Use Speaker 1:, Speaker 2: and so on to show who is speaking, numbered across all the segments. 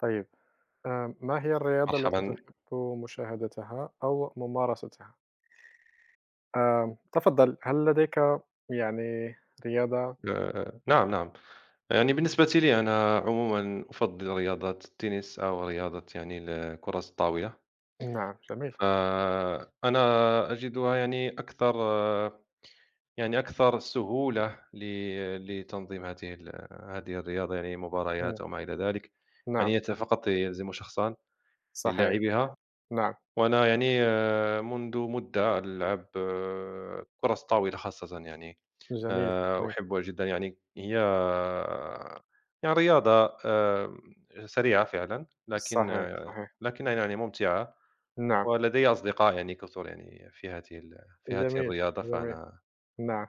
Speaker 1: طيب، ما هي الرياضة التي
Speaker 2: مرحبًا،
Speaker 1: تحب مشاهدتها أو ممارستها؟ تفضّل، هل لديك يعني رياضة
Speaker 2: نعم، نعم. يعني بالنسبة لي أنا عمومًا أفضّل رياضة التنس أو رياضة يعني كرة الطاولة،
Speaker 1: نعم، جميل،
Speaker 2: فأنا أجدها يعني أكثر يعني أكثر سهولة لتنظيم هذه الرياضة، يعني
Speaker 1: نعم،
Speaker 2: مباريات أو ما إلى ذلك.
Speaker 1: نعم،
Speaker 2: يعني أنت فقط يلزم شخصان
Speaker 1: صحيح،
Speaker 2: للاعبها،
Speaker 1: نعم،
Speaker 2: وأنا يعني منذ مدة ألعب كرة الطاولة خاصةً يعني.
Speaker 1: جميل، جميل،
Speaker 2: أحبها جدًا يعني هي يعني رياضة سريعة فعلًا، لكن
Speaker 1: صحيح، صحيح،
Speaker 2: لكنها يعني ممتعة.
Speaker 1: نعم،
Speaker 2: ولدي أصدقاء يعني كثر يعني في هذه
Speaker 1: جميل،
Speaker 2: الرياضة.
Speaker 1: جميل،
Speaker 2: فأنا
Speaker 1: نعم،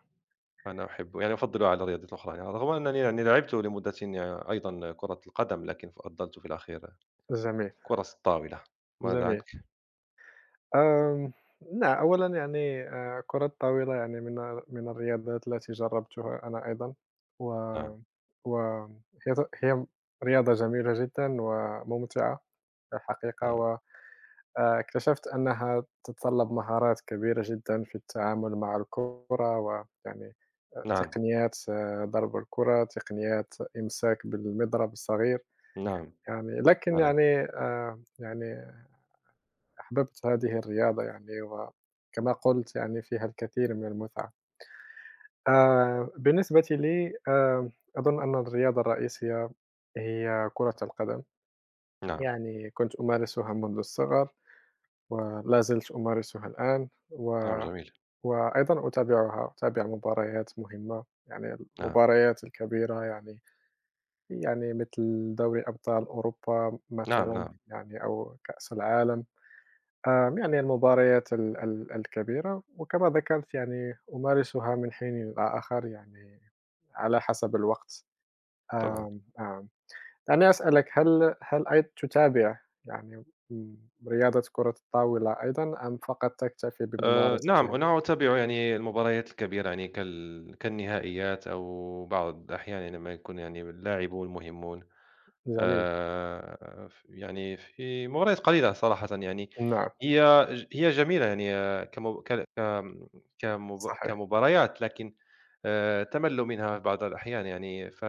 Speaker 2: فأنا أحب يعني أفضّلها على الرياضات الأخرى، يعني رغم أنني يعني لعبت لمدة يعني أيضًا كرة القدم، لكن فضّلت في الأخير
Speaker 1: جميل،
Speaker 2: كرة الطاولة. ماذا
Speaker 1: جميل.
Speaker 2: عنك؟
Speaker 1: آمم، أولًا يعني كرة الطاولة يعني من الرياضات التي جرّبتها أنا أيضًا، و
Speaker 2: نعم،
Speaker 1: و هي رياضة جميلة جدًا وممتعة في الحقيقة،
Speaker 2: نعم،
Speaker 1: و اكتشفت أنها تتطلب مهارات كبيرة جدًا في التعامل مع الكرة، ويعني
Speaker 2: نعم،
Speaker 1: تقنيات ضرب الكرة، تقنيات إمساك بالمضرب الصغير،
Speaker 2: نعم،
Speaker 1: يعني لكن
Speaker 2: فعلًا.
Speaker 1: يعني يعني أحببت هذه الرياضة يعني، وكما قُلت يعني فيها الكثير من المتعة. بالنسبة لي أظن أن الرياضة الرئيسية هي كرة القدم،
Speaker 2: نعم،
Speaker 1: يعني كنت أمارسها منذ الصغر، ولا زلت أمارسها الآن،
Speaker 2: نعم جميل،
Speaker 1: وأيضًا أتابعها، أتابع مباريات مهمة، يعني
Speaker 2: نعم،
Speaker 1: المباريات الكبيرة يعني مثل دوري أبطال أوروبا
Speaker 2: نعم،
Speaker 1: مثلًا
Speaker 2: نعم،
Speaker 1: يعني أو كأس العالم. يعني المباريات ال ال الكبيرة، وكما ذكرت يعني أمارسها من حين إلى آخر يعني على حسب الوقت.
Speaker 2: طبعًا.
Speaker 1: آمم، آمم، دعني أسألك هل أي تتابع يعني م رياضة كرة الطاولة أيضًا أم فقط تكتفي
Speaker 2: نعم،
Speaker 1: بممارستها؟
Speaker 2: أنا أتابع يعني المباريات الكبيرة يعني كالنهائيات أو بعض الأحيان لما يكون يعني اللاعبون مهمون.
Speaker 1: جميل،
Speaker 2: ف يعني في مباريات قليلة صراحةً يعني.
Speaker 1: نعم،
Speaker 2: هي جميلة يعني آه، كمب ك كم كمب
Speaker 1: صحيح،
Speaker 2: كمباريات، لكن تَمَلُّ منها بعض الأحيان يعني.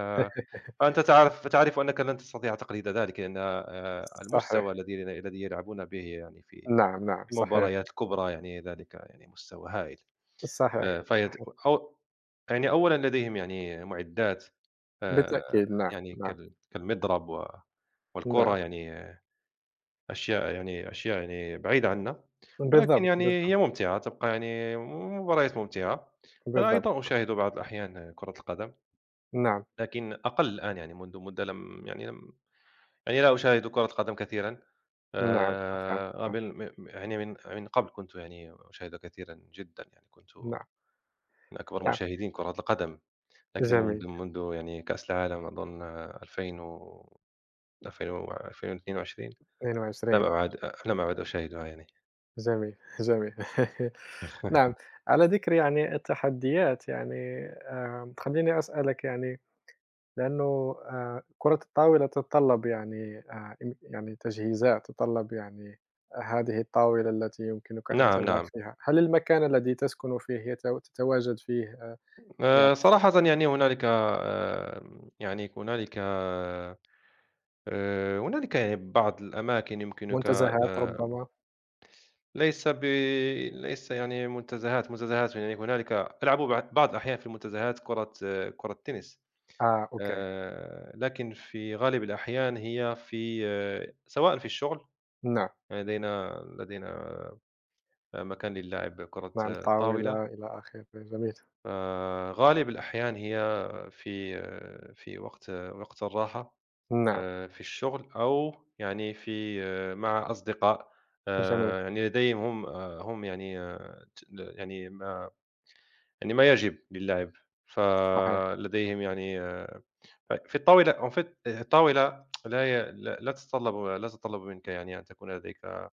Speaker 2: فأنت تعرف أنك لن تستطيع تقليد ذلك، لأن المستوى
Speaker 1: صحيح،
Speaker 2: الذي يلعبون به يعني في
Speaker 1: نعم، نعم،
Speaker 2: في
Speaker 1: صحيح،
Speaker 2: المباريات الكبرى يعني ذلك يعني مستوى هائل.
Speaker 1: صحيح،
Speaker 2: فهي ت
Speaker 1: صحيح،
Speaker 2: أو يعني أولًا لديهم يعني مُعدات آآ،
Speaker 1: بالتأكيد، نعم،
Speaker 2: يعني
Speaker 1: نعم،
Speaker 2: كالمضرب و
Speaker 1: نعم،
Speaker 2: والكرة يعني أشياء يعني أشياء يعني بعيدة عنا، ولكن
Speaker 1: بالضبط،
Speaker 2: يعني
Speaker 1: بالضبط،
Speaker 2: هي ممتعة، تبقى يعني مباريات ممتعة. أنا
Speaker 1: بالضبط،
Speaker 2: أيضًا أشاهد بعض الأحيان كرة القدم،
Speaker 1: نعم،
Speaker 2: لكن أقل الآن يعني منذ مدة لم يعني لم يعني لا أشاهد كرة القدم كثيرًا.
Speaker 1: نعم، أفهم، آه،
Speaker 2: قبل م م يعني من من قبل كنت يعني أشاهدها كثيرًا جدًا، يعني كنت
Speaker 1: نعم، نعم.
Speaker 2: من أكبر مشاهدين كرة القدم، لكن
Speaker 1: جميل،
Speaker 2: منذ يعني كأس العالم أظن 2000 و22
Speaker 1: 22
Speaker 2: لم أعد أشاهدها يعني.
Speaker 1: جميل، جميل. نعم، على ذِكر يعني التحديات يعني خلّيني أسألك يعني لأنه كرة الطاولة تتطلّب يعني يعني تجهيزات، تتطلّب يعني هذه الطاولة التي يمكنك أن
Speaker 2: نعم،
Speaker 1: تلعب
Speaker 2: نعم.
Speaker 1: فيها، هل المكان الذي تسكن فيه تتواجد فيه
Speaker 2: صراحةً يعني هنالك يعني بعض الأماكن يمكنك.
Speaker 1: منتزهات ربما؟
Speaker 2: ليس ب ليس يعني منتزهات، منتزهات يعني هنالك ألعب بعض الأحيان في المنتزهات كرة التنس.
Speaker 1: أوكي،
Speaker 2: لكن في غالب الأحيان هي في سواء في الشغل
Speaker 1: نعم،
Speaker 2: لدينا مكان للعب كرة
Speaker 1: نعم،
Speaker 2: الطاولة.
Speaker 1: طاولة إلى آخره، جميل،
Speaker 2: فغالب الأحيان هي في في وقت الراحة،
Speaker 1: نعم،
Speaker 2: في الشغل أو يعني في مع أصدقاء
Speaker 1: جميل،
Speaker 2: يعني لديهم هم هم يعني آه، ت يعني ما يجب للعب،
Speaker 1: صحيح.
Speaker 2: فلديهم يعني في الطاولة en fait الطاولة لا تتطلب لا تتطلب منك يعني أن تكون لديك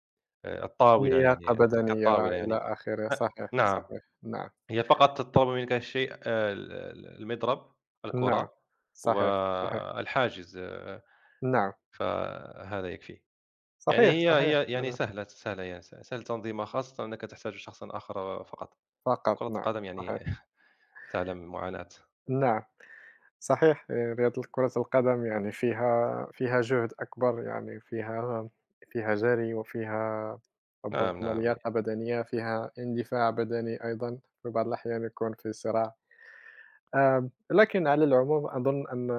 Speaker 2: الطاولة
Speaker 1: لياقة
Speaker 2: يعني تلك
Speaker 1: بدنية
Speaker 2: الطاولة
Speaker 1: إلى
Speaker 2: يعني
Speaker 1: آخره،
Speaker 2: أ
Speaker 1: صحيح،
Speaker 2: نعم.
Speaker 1: صحيح، نعم،
Speaker 2: هي فقط تتطلب منك الشيء المضرب،
Speaker 1: نعم،
Speaker 2: الكرة
Speaker 1: صحيح، صحيح،
Speaker 2: والحاجز
Speaker 1: نعم،
Speaker 2: فهذا يكفي. يعني
Speaker 1: صحيح،
Speaker 2: هي
Speaker 1: صحيح،
Speaker 2: هي يعني
Speaker 1: أنا
Speaker 2: سهلة يعني سهل تنظيمها، خاصة أنك تحتاج شخصًا آخر فقط. كرة
Speaker 1: فقط نعم،
Speaker 2: القدم يعني
Speaker 1: صحيح،
Speaker 2: تعلم معاناة.
Speaker 1: نعم، صحيح، رياضة كرة القدم يعني فيها جهد أكبر، يعني فيها جري وفيها
Speaker 2: نعم،
Speaker 1: ربما
Speaker 2: نعم،
Speaker 1: لياقة بدنية، فيها اندفاع بدني أيضا، في بعض الأحيان يكون في صراع، لكن على العموم أظن أن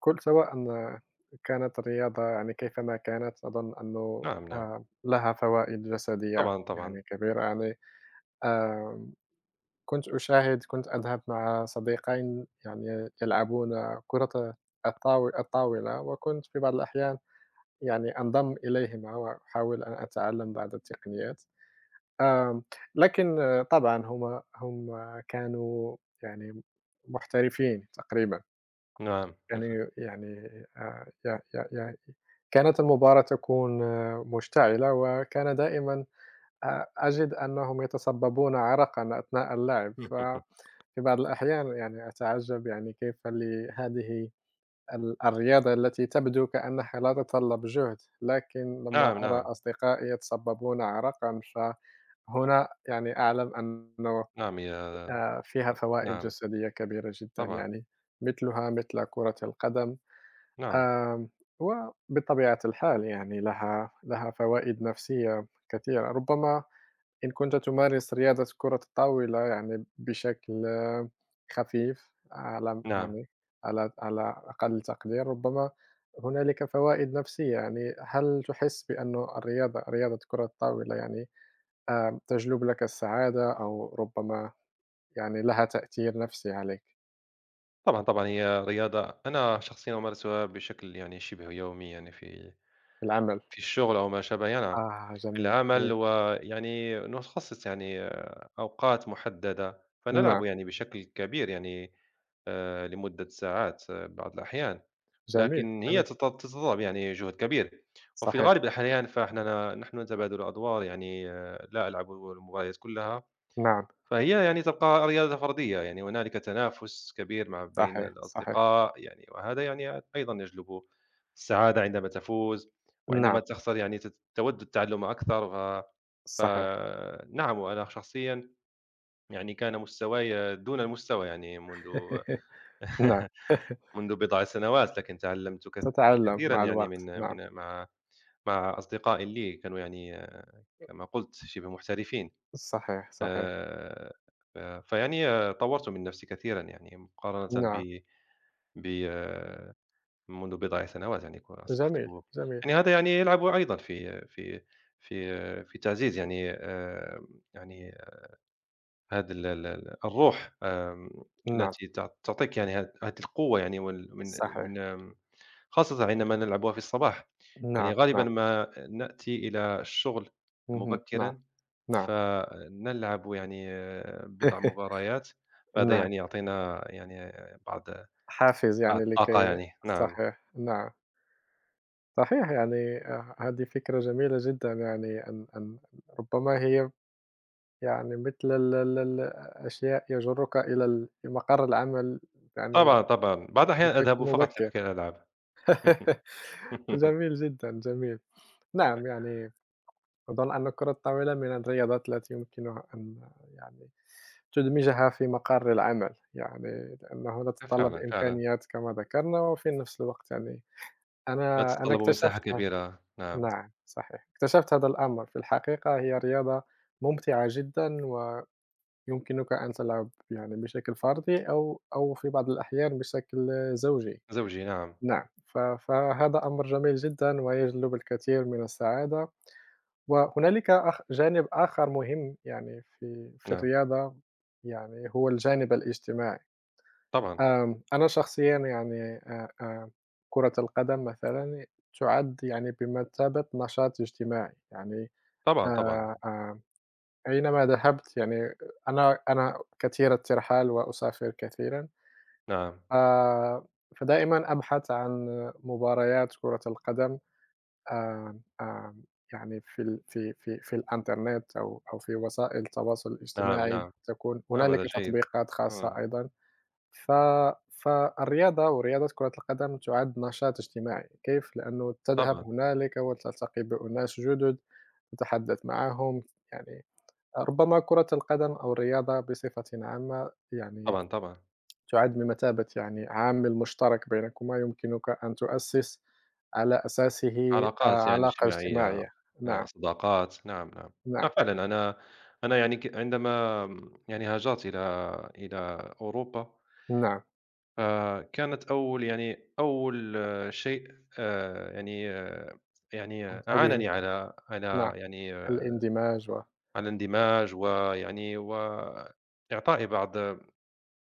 Speaker 1: كل سواء أن كانت الرياضة يعني كيفما كانت أظن أنه
Speaker 2: نعم، نعم. نعم.
Speaker 1: لها فوائد جسدية
Speaker 2: طبعًا، طبعًا،
Speaker 1: يعني كبيرة يعني آم، كنت أذهب مع صديقين يعني يلعبون كرة الطاولة وكنت في بعض الأحيان يعني أنضم إليهما وأحاول أن أتعلم بعض التقنيات آم، لكن طبعا هم كانوا يعني محترفين تقريبا
Speaker 2: نعم،
Speaker 1: يعني ي ي ي كانت المباراة تكون مشتعلة، وكان دائمًا أجد أنهم يتسببون عرقًا أثناء اللعب،
Speaker 2: إمم، إمم، إمم،
Speaker 1: ففي بعض الأحيان يعني أتعجب يعني كيف لهذه الرياضة التي تبدو كأنها لا تتطلب جهد، لكن لما
Speaker 2: نعم،
Speaker 1: أرى
Speaker 2: نعم،
Speaker 1: أصدقائي يتسببون عرقًا، فهنا يعني أعلم أنه
Speaker 2: نعم هي
Speaker 1: فيها فوائد
Speaker 2: نعم،
Speaker 1: جسدية كبيرة جدًا
Speaker 2: طبعًا،
Speaker 1: يعني، مثلها مثل كرة القدم.
Speaker 2: نعم،
Speaker 1: آمم، وبطبيعة الحال يعني لها فوائد نفسية كثيرة، ربما إن كنت تمارس رياضة كرة الطاولة يعني بشكل خفيف على
Speaker 2: نعم،
Speaker 1: يعني على أقل تقدير، ربما هنالك فوائد نفسية، يعني هل تحس بأنه رياضة كرة الطاولة يعني تجلب لك السعادة أو ربما يعني لها تأثير نفسي عليك
Speaker 2: طبعًا، طبعًا هي رياضة أنا شخصيًا أمارسها بشكل يعني شبه يومي يعني في
Speaker 1: في العمل؟
Speaker 2: في الشغل أو ما شابه، يعني نعم. في
Speaker 1: جميل،
Speaker 2: العمل
Speaker 1: جميل.
Speaker 2: ويعني نخصص يعني أوقات محددة،
Speaker 1: نعم،
Speaker 2: فنلعب يعني بشكل كبير يعني لمدة ساعات بعض الأحيان.
Speaker 1: جميل،
Speaker 2: لكن هي
Speaker 1: جميل،
Speaker 2: تتطلب يعني جهد كبير، وفي
Speaker 1: صحيح.
Speaker 2: غالب الأحيان نحن نتبادل الأدوار يعني لا ألعب المباريات كلها،
Speaker 1: نعم،
Speaker 2: فهي يعني تبقى رياضة فردية، يعني هنالك تنافس كبير مع بين
Speaker 1: صحيح، صحيح.
Speaker 2: الأصدقاء يعني وهذا يعني أيضا يجلب السعادة عندما تفوز، وعندما
Speaker 1: نعم،
Speaker 2: تخسر يعني تود التعلم أكثر ف
Speaker 1: صحيح.
Speaker 2: فنعم أنا شخصيا يعني كان مستواي دون المستوى يعني منذ
Speaker 1: نعم،
Speaker 2: منذ بضع سنوات، لكن تعلّمت
Speaker 1: تتعلم
Speaker 2: كثيرًا
Speaker 1: مع
Speaker 2: يعني
Speaker 1: الوقت،
Speaker 2: من
Speaker 1: نعم.
Speaker 2: من مع مع أصدقاء لي كانوا يعني كما قُلت شِبه محترفين.
Speaker 1: صحيح، صحيح.
Speaker 2: آآ، ف فيعني طوّرت من نفسي كثيرًا يعني مقارنةً
Speaker 1: نعم،
Speaker 2: ب منذ بضع سنوات يعني أصبحت
Speaker 1: جميل، جميل.
Speaker 2: يعني هذا يعني يلعب أيضًا في في تعزيز يعني يعني هذا ال ال ال الروح
Speaker 1: نعم،
Speaker 2: التي تعطيك يعني هذه القوة يعني من من
Speaker 1: صحيح.
Speaker 2: خاصةً عندما نلعبها في الصباح. يعني
Speaker 1: نعم،
Speaker 2: غالبًا
Speaker 1: نعم.
Speaker 2: ما نأتي إلى الشغل
Speaker 1: اهم، نعم،
Speaker 2: مبكرًا،
Speaker 1: نعم.
Speaker 2: فنلعب يعني بضع مباريات، فهذا
Speaker 1: نعم،
Speaker 2: يعني يعطينا يعني بعض
Speaker 1: حافز
Speaker 2: بعض
Speaker 1: يعني
Speaker 2: الطاقة
Speaker 1: لكي
Speaker 2: يعني، نعم،
Speaker 1: صحيح، نعم. صحيح يعني هذه فكرة جميلة جدًا يعني أن ربما هي يعني مثل ال ال ال أشياء يجرك إلى مقر العمل يعني
Speaker 2: طبعًا، طبعًا، بعض الأحيان
Speaker 1: بشكل
Speaker 2: أذهب فقط
Speaker 1: مبكر.
Speaker 2: لكي ألعب.
Speaker 1: جميل جدًا، جميل. نعم، يعني أظن أن الكرة الطاولة من الرياضات التي يمكنها أن يعني تدمجها في مقر العمل، يعني لأنه لا تتطلب
Speaker 2: فعلًا، فعلًا،
Speaker 1: إمكانيات كما ذكرنا، وفي نفس الوقت يعني
Speaker 2: لا
Speaker 1: أنا
Speaker 2: تتطلب مساحة
Speaker 1: اكتشفت
Speaker 2: كبيرة، نعم،
Speaker 1: نعم، صحيح، اكتشفت هذا الأمر في الحقيقة هي رياضة ممتعة جدًا، ويمكنك أن تلعب يعني بشكل فردي أو في بعض الأحيان بشكل زوجي.
Speaker 2: زوجي نعم،
Speaker 1: نعم، فهذا أمر جميل جدًا ويجلب الكثير من السعادة، وهنالك جانب آخر مهم يعني في
Speaker 2: نعم،
Speaker 1: الرياضة يعني هو الجانب الاجتماعي،
Speaker 2: طبعًا،
Speaker 1: أنا شخصيًا يعني كرة القدم مثلًا تُعد يعني بمثابة نشاط اجتماعي، يعني
Speaker 2: طبعًا، طبعًا،
Speaker 1: آآ، آآ، أينما ذهبت يعني أنا كثير الترحال وأسافر كثيرًا،
Speaker 2: نعم،
Speaker 1: آآ، فدائمًا أبحث عن مباريات كرة القدم. آمم، آمم، يعني في في الإنترنت أو في وسائل التواصل
Speaker 2: نعم،
Speaker 1: الاجتماعي
Speaker 2: نعم،
Speaker 1: تكون
Speaker 2: نعم،
Speaker 1: هنالك
Speaker 2: هذا جيد،
Speaker 1: تطبيقات خاصة
Speaker 2: نعم،
Speaker 1: أيضًا، ف فالرياضة ورياضة كرة القدم تُعد نشاط اجتماعي، كيف؟ لأنه تذهب
Speaker 2: طبعًا،
Speaker 1: هنالك وتلتقي بأناس جُدد، تتحدث معهم، يعني ربما كرة القدم أو الرياضة بصفةٍ عامة يعني
Speaker 2: طبعًا، طبعًا.
Speaker 1: تعد بمثابة يعني عامل مشترك بينكما يمكنك أن تؤسس على أساسه
Speaker 2: علاقات يعني
Speaker 1: علاقة
Speaker 2: اجتماعية،
Speaker 1: اجتماعية. نعم،
Speaker 2: صداقات، نعم، نعم.
Speaker 1: نعم،
Speaker 2: فعلًا أنا أنا يعني ك عندما يعني هاجرت إلى إلى أوروبا،
Speaker 1: نعم،
Speaker 2: فكانت أول يعني أول شيء آآ، يعني آآ، يعني
Speaker 1: قمت به،
Speaker 2: أعانني على على
Speaker 1: نعم،
Speaker 2: يعني
Speaker 1: الاندماج و
Speaker 2: على الاندماج ويعني وإعطائي بعض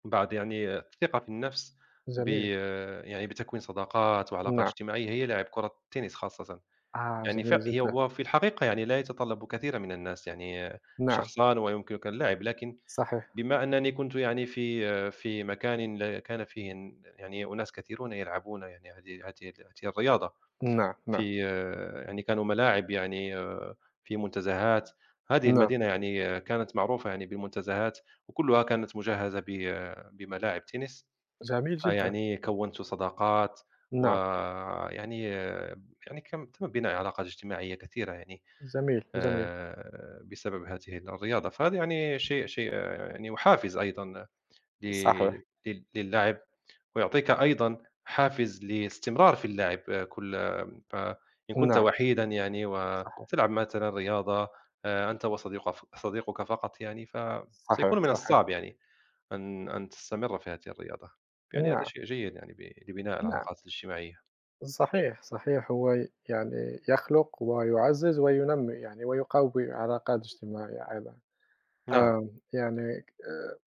Speaker 2: بعض يعني الثقة في النفس ب
Speaker 1: جميل،
Speaker 2: يعني بتكوين صداقات وعلاقات
Speaker 1: نعم،
Speaker 2: اجتماعية هي لعب كرة التنس خاصةً. يعني
Speaker 1: جميل
Speaker 2: هي
Speaker 1: جدًا،
Speaker 2: وفي الحقيقة يعني لا يتطلّب كثيرًا من الناس، يعني
Speaker 1: نعم،
Speaker 2: شخصان ويمكنك اللعب، لكن
Speaker 1: صحيح،
Speaker 2: بما أنني كنت يعني في في مكان كان فيه يعني أناس كثيرون يلعبون يعني هذه الرياضة.
Speaker 1: نعم، نعم،
Speaker 2: في يعني كانوا ملاعب يعني في منتزهات، هذه
Speaker 1: نعم،
Speaker 2: المدينة يعني كانت معروفة يعني بالمنتزهات، وكلها كانت مجهزة بملاعب تنس.
Speaker 1: جميل جدًا،
Speaker 2: فيعني كوّنت صداقات،
Speaker 1: نعم،
Speaker 2: ويعني يعني كان تم بناء علاقات اجتماعية كثيرة يعني.
Speaker 1: جميل، جميل،
Speaker 2: بسبب هذه الرياضة، فهذا يعني شيء يعني وحافز أيضًا ل
Speaker 1: صحيح،
Speaker 2: لل للعب، ويعطيك أيضًا حافز للاستمرار في اللعب آه، كل آه، فإن كنت
Speaker 1: نعم،
Speaker 2: وحيدًا يعني
Speaker 1: صحيح،
Speaker 2: وتلعب مثلًا رياضة أنت وصديق صديقك فقط يعني،
Speaker 1: صحيح،
Speaker 2: فسيكون من
Speaker 1: صحيح،
Speaker 2: الصعب يعني أن تستمر في هذه الرياضة. يعني هذا
Speaker 1: نعم،
Speaker 2: شيء جيد يعني لبناء
Speaker 1: نعم.
Speaker 2: العلاقات الاجتماعية.
Speaker 1: صحيح، صحيح. هو يعني يخلق ويعزّز وينمّي يعني ويقوي علاقات اجتماعية أيضًا.
Speaker 2: نعم،
Speaker 1: يعني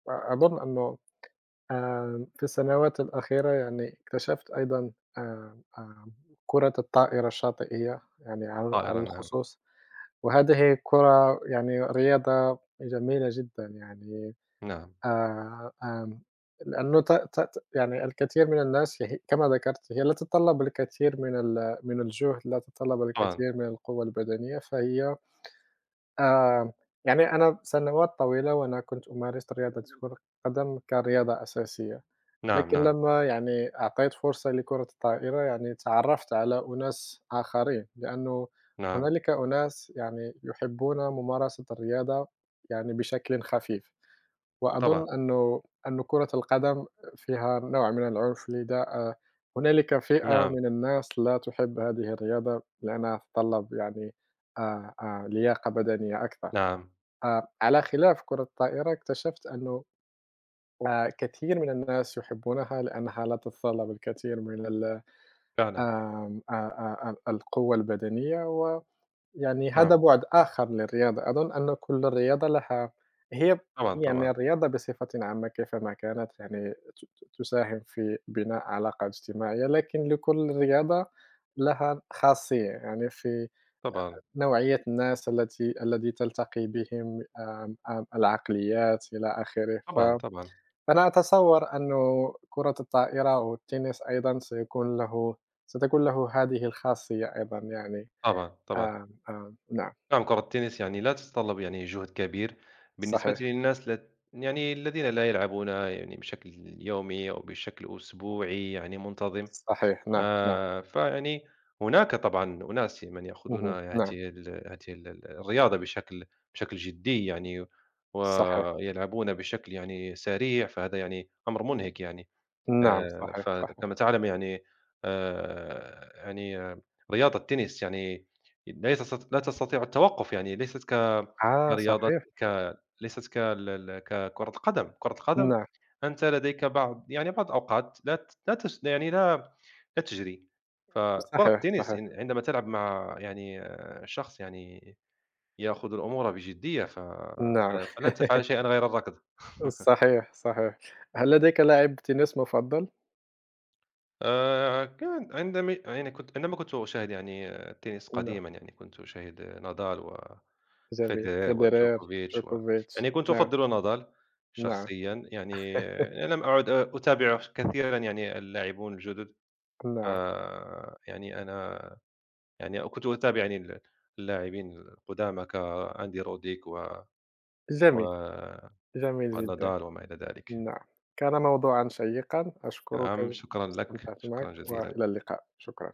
Speaker 1: أظن أنه في السنوات الأخيرة يعني اكتشفت أيضًا آمم، آمم كرة الطائرة الشاطئية يعني على
Speaker 2: طائرة نعم،
Speaker 1: الخصوص، وهذه كرة يعني رياضة جميلة جدًا يعني
Speaker 2: نعم،
Speaker 1: آمم، لأنه ت ت ت يعني الكثير من الناس كما ذكرت هي لا تتطلب الكثير من من الجهد، لا تتطلب
Speaker 2: طبعًا،
Speaker 1: الكثير من القوة البدنية، فهي آآ يعني أنا سنوات طويلة وأنا كنت أمارس رياضة كرة القدم كرياضة أساسية،
Speaker 2: نعم،
Speaker 1: لكن
Speaker 2: نعم،
Speaker 1: لمّا يعني أعطيت فرصة لكرة الطائرة يعني تعرّفت على أناس آخرين، لأنه
Speaker 2: نعم،
Speaker 1: هنالك أناس يعني يحبون ممارسة الرياضة يعني بشكل خفيف.
Speaker 2: طبعًا،
Speaker 1: وأظن أن كرة القدم فيها نوع من العنف لذا هنالك فئة
Speaker 2: نعم،
Speaker 1: من الناس لا تحب هذه الرياضة لأنها تتطلب يعني لياقة بدنية أكثر.
Speaker 2: نعم.
Speaker 1: على خلاف كرة الطائرة اكتشفت أنه كثير من الناس يحبونها لأنها لا تتطلب الكثير من
Speaker 2: فعلًا،
Speaker 1: آمم، القوة البدنية و يعني هذا
Speaker 2: نعم،
Speaker 1: بُعد آخر للرياضة، أظن أن كل رياضة لها هي
Speaker 2: طبعًا، طبعًا،
Speaker 1: يعني الرياضة بصفةٍ عامة كيفما كانت يعني ت ت تساهم في بناء علاقة اجتماعية، لكن لكل رياضة لها خاصية، يعني في
Speaker 2: طبعًا،
Speaker 1: نوعية الناس الذي تلتقي بهم آمم، آمم، العقليات إلى آخره،
Speaker 2: طبعًا، طبعًا،
Speaker 1: فأنا أتصوّر أنه كرة الطائرة والتنس أيضًا سيكون له ستكون له هذه الخاصية أيضًا يعني،
Speaker 2: طبعًا، طبعًا،
Speaker 1: آمم، آمم، نعم،
Speaker 2: نعم كرة التنس يعني لا تتطلب يعني جهد كبير بالنسبة
Speaker 1: صحيح.
Speaker 2: للناس يعني الذين لا يلعبونها يعني بشكل يومي أو بشكل أسبوعي يعني منتظم.
Speaker 1: صحيح، نعم، نعم،
Speaker 2: فيعني هناك طبعًا أناس من يأخذون
Speaker 1: اهم،
Speaker 2: هذه
Speaker 1: نعم،
Speaker 2: ال هذه ال ال الرياضة بشكل جدي يعني،
Speaker 1: صحيح،
Speaker 2: ويلعبون بشكل يعني سريع، فهذا يعني أمر منهك يعني.
Speaker 1: نعم، صحيح، صحيح،
Speaker 2: فكما تعلم يعني يعني رياضة التنس يعني لا تستطيع التوقف، يعني ليست ك كرياضة
Speaker 1: صحيح،
Speaker 2: ك ليست كال ال ككرة القدم. كرة القدم
Speaker 1: نعم،
Speaker 2: أنت لديك بعض يعني بعض الأوقات لا ت لا تس يعني لا تجري. فكرة
Speaker 1: صحيح،
Speaker 2: التنس
Speaker 1: صحيح،
Speaker 2: إن عندما تلعب مع يعني شخص يعني يأخذ الأمور بجدية ف
Speaker 1: نعم،
Speaker 2: فل فلن تفعل شيئًا غير الركض.
Speaker 1: صحيح، صحيح، هل لديك لاعب تنس مفضل؟
Speaker 2: كان عندما يعني كنت أشاهد يعني التنس
Speaker 1: نعم،
Speaker 2: قديمًا يعني كنت أشاهد نادال
Speaker 1: جميل،
Speaker 2: وفيدرر
Speaker 1: فيدرير،
Speaker 2: وجوكوفيتش و
Speaker 1: جوكوفيتش،
Speaker 2: يعني كنت
Speaker 1: نعم،
Speaker 2: أفضّل نادال
Speaker 1: نعم،
Speaker 2: شخصيًا، يعني أنا لم أعد أتابع كثيرًا يعني اللاعبون الجدد.
Speaker 1: نعم،
Speaker 2: يعني أنا يعني كنت أتابع يعني اللاعبين القدامى كأندي روديك و
Speaker 1: جميل،
Speaker 2: و
Speaker 1: جميل جدًا،
Speaker 2: ونادال وما إلى ذلك.
Speaker 1: نعم، كان موضوعًا شيقًا، أشكرك،
Speaker 2: نعم، شكرًا لك،
Speaker 1: استمتعت معك،
Speaker 2: شكرًا جزيلًا.
Speaker 1: وإلى اللقاء، شكرًا.